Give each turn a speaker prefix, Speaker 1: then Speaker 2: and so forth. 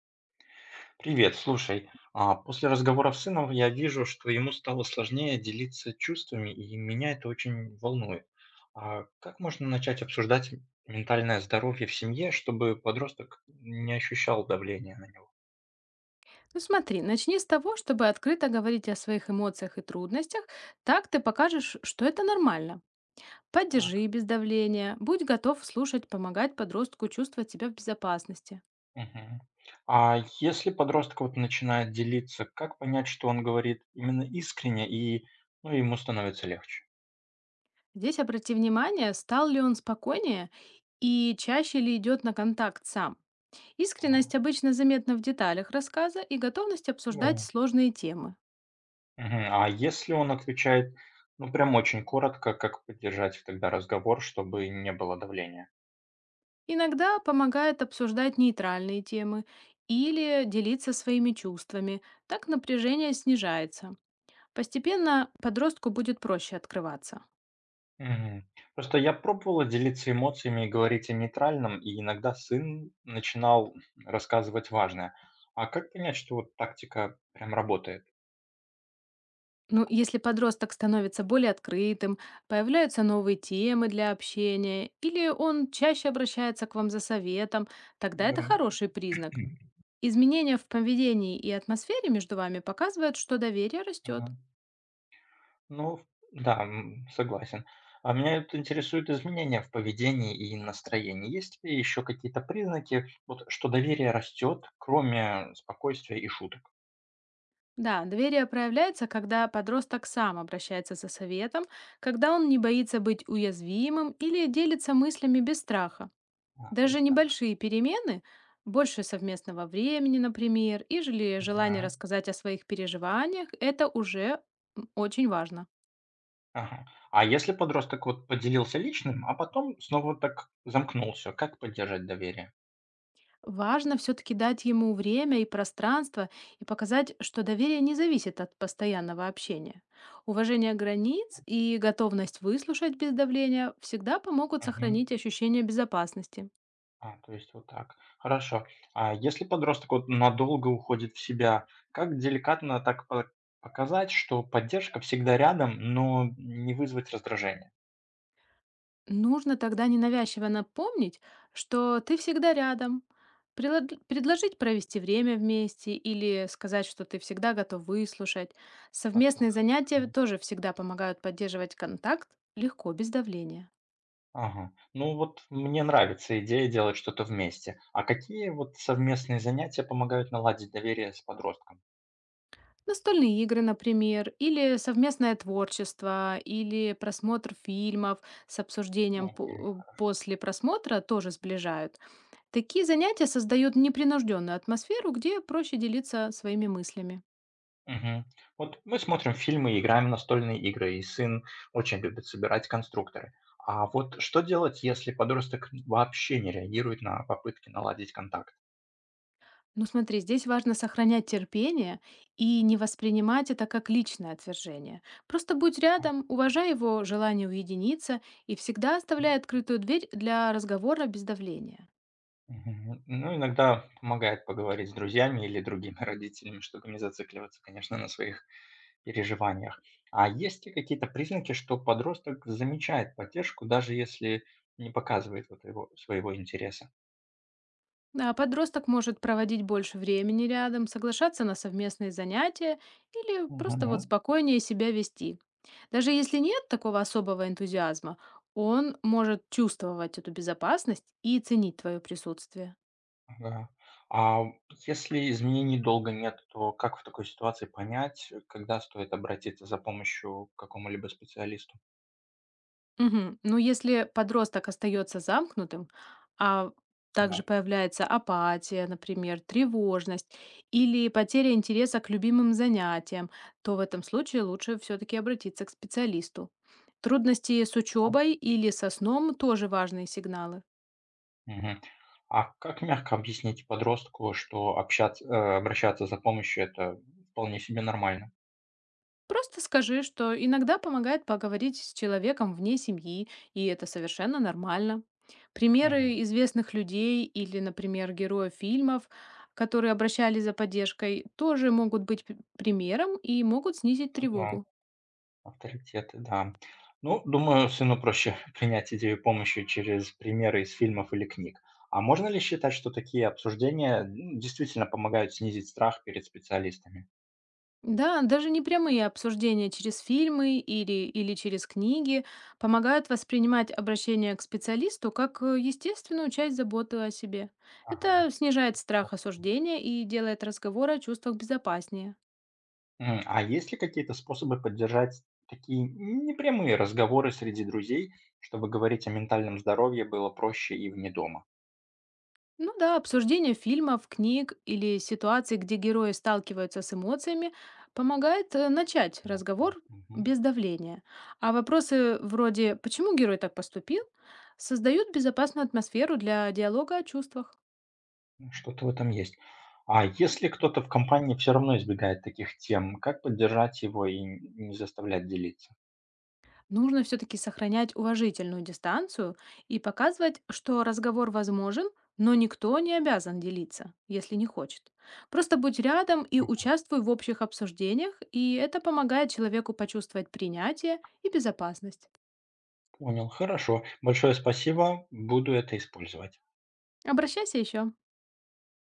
Speaker 1: Привет, слушай, а, после разговоров с сыном я вижу, что ему стало сложнее делиться чувствами, и меня это очень волнует. А как можно начать обсуждать ментальное здоровье в семье, чтобы подросток не ощущал давления на него?
Speaker 2: Ну смотри, начни с того, чтобы открыто говорить о своих эмоциях и трудностях, так ты покажешь, что это нормально. Поддержи
Speaker 1: Так.
Speaker 2: без давления, будь готов слушать, помогать подростку чувствовать себя в безопасности.
Speaker 1: Мгм. А если подросток вот начинает делиться, как понять, что он говорит именно искренне, и ну, ему становится легче?
Speaker 2: Здесь обрати внимание, стал ли он спокойнее и чаще ли идет на контакт сам. Искренность
Speaker 1: Так,
Speaker 2: обычно заметна в деталях рассказа и готовность обсуждать
Speaker 1: верно.
Speaker 2: сложные темы.
Speaker 1: Мгм. А если он отвечает, ну, прям очень коротко, как поддержать тогда разговор, чтобы не было давления?
Speaker 2: Иногда помогает обсуждать нейтральные темы или делиться своими чувствами, так напряжение снижается. Постепенно подростку будет проще открываться.
Speaker 1: Мгм. Просто я пробовала делиться эмоциями и говорить о нейтральном, и иногда сын начинал рассказывать важное. А как понять, что вот тактика прям работает?
Speaker 2: Ну, если подросток становится более открытым, появляются новые темы для общения, или он чаще обращается к вам за советом, тогда это
Speaker 1: Верно.
Speaker 2: хороший признак. Изменения в поведении и атмосфере между вами показывают, что доверие
Speaker 1: Ага.
Speaker 2: растет.
Speaker 1: Ну, да, согласен. А меня это интересуют изменения в поведении и настроении. Есть ли еще какие-то признаки, вот, что доверие растет, кроме спокойствия и шуток?
Speaker 2: Да, доверие проявляется, когда подросток сам обращается за советом, когда он не боится быть уязвимым или делится мыслями без страха.
Speaker 1: А, то
Speaker 2: Даже
Speaker 1: есть так.
Speaker 2: небольшие перемены, больше совместного времени, например, или желание
Speaker 1: Мгм.
Speaker 2: рассказать о своих переживаниях, это уже очень важно.
Speaker 1: Ага. А если подросток вот поделился личным, а потом снова вот так замкнулся, как поддержать доверие?
Speaker 2: Важно все-таки дать ему время и пространство и показать, что доверие не зависит от постоянного общения. Уважение границ и готовность выслушать без давления всегда помогут
Speaker 1: Мгм.
Speaker 2: сохранить ощущение безопасности.
Speaker 1: А, то есть вот так. Хорошо. А если подросток вот надолго уходит в себя, как деликатно так показать, что поддержка всегда рядом, но не вызвать раздражение?
Speaker 2: Нужно тогда ненавязчиво напомнить, что ты всегда рядом, предложить провести время вместе или сказать, что ты всегда готов выслушать. Совместные
Speaker 1: Послушать.
Speaker 2: занятия
Speaker 1: Мгм.
Speaker 2: тоже всегда помогают поддерживать контакт легко, без давления.
Speaker 1: Ага. Ну вот мне нравится идея делать что-то вместе. А какие вот совместные занятия помогают наладить доверие с подростком?
Speaker 2: Настольные игры, например, или совместное творчество, или просмотр фильмов с
Speaker 1: Ну,
Speaker 2: обсуждением после просмотра тоже сближают. Такие занятия создают непринужденную атмосферу, где проще делиться своими мыслями.
Speaker 1: мгм. Вот мы смотрим фильмы и играем в настольные игры, и сын очень любит собирать конструкторы. А вот что делать, если подросток вообще не реагирует на попытки наладить контакт?
Speaker 2: Ну смотри, здесь важно сохранять терпение и не воспринимать это как личное отвержение. Просто будь рядом, уважай его желание уединиться и всегда
Speaker 1: Мгм.
Speaker 2: оставляй открытую дверь для разговора без давления.
Speaker 1: Мгм. Ну, иногда помогает поговорить с друзьями или другими родителями, чтобы не зацикливаться, конечно, на своих переживаниях. А есть ли какие-то признаки, что подросток замечает поддержку, даже если не показывает вот его, своего интереса?
Speaker 2: А подросток может проводить больше времени рядом, соглашаться на совместные занятия или просто вот спокойнее себя вести. Даже если нет такого особого энтузиазма, он может чувствовать эту безопасность и ценить твое присутствие.
Speaker 1: Ага. А если изменений долго нет, то как в такой ситуации понять, когда стоит обратиться за помощью к какому-либо специалисту?
Speaker 2: Мгм. Ну, если подросток остается замкнутым, а также
Speaker 1: Да.
Speaker 2: появляется апатия, например, тревожность или потеря интереса к любимым занятиям, то в этом случае лучше все-таки обратиться к специалисту. Трудности с
Speaker 1: А.
Speaker 2: учебой или со сном тоже важные сигналы.
Speaker 1: Мгм. А как мягко объяснить подростку, что общаться, обращаться за помощью - это вполне себе нормально?
Speaker 2: Просто скажи, что иногда помогает поговорить с человеком вне семьи, и это совершенно нормально.
Speaker 1: Мгм.
Speaker 2: Примеры известных людей или, например, героев фильмов, которые обращались за поддержкой, тоже могут быть примером и могут снизить
Speaker 1: Ну да,
Speaker 2: тревогу.
Speaker 1: авторитеты, да. Ну, думаю, сыну проще принять идею помощи через примеры из фильмов или книг. А можно ли считать, что такие обсуждения, действительно помогают снизить страх перед специалистами?
Speaker 2: Да, даже не прямые обсуждения через фильмы или, или через книги помогают воспринимать обращение к специалисту как естественную часть заботы о себе.
Speaker 1: Ага.
Speaker 2: Это снижает страх осуждения и делает разговор о чувствах безопаснее.
Speaker 1: А есть ли какие-то способы поддержать такие непрямые разговоры среди друзей, чтобы говорить о ментальном здоровье было проще и вне дома?
Speaker 2: Ну да, обсуждение фильмов, книг или ситуаций, где герои сталкиваются с эмоциями, помогает начать
Speaker 1: Мгм.
Speaker 2: разговор
Speaker 1: Мгм.
Speaker 2: без давления. А вопросы вроде «почему герой так поступил?» создают безопасную атмосферу для диалога о чувствах.
Speaker 1: Ну, что-то в этом есть. А если кто-то в компании все равно избегает таких тем, как поддержать его и не заставлять делиться?
Speaker 2: Нужно все-таки сохранять уважительную дистанцию и показывать, что разговор возможен, но никто не обязан делиться, если не хочет. Просто будь рядом и участвуй в общих обсуждениях, и это помогает человеку почувствовать принятие и безопасность.
Speaker 1: Понял, хорошо. Большое спасибо, буду это использовать.
Speaker 2: Обращайся еще.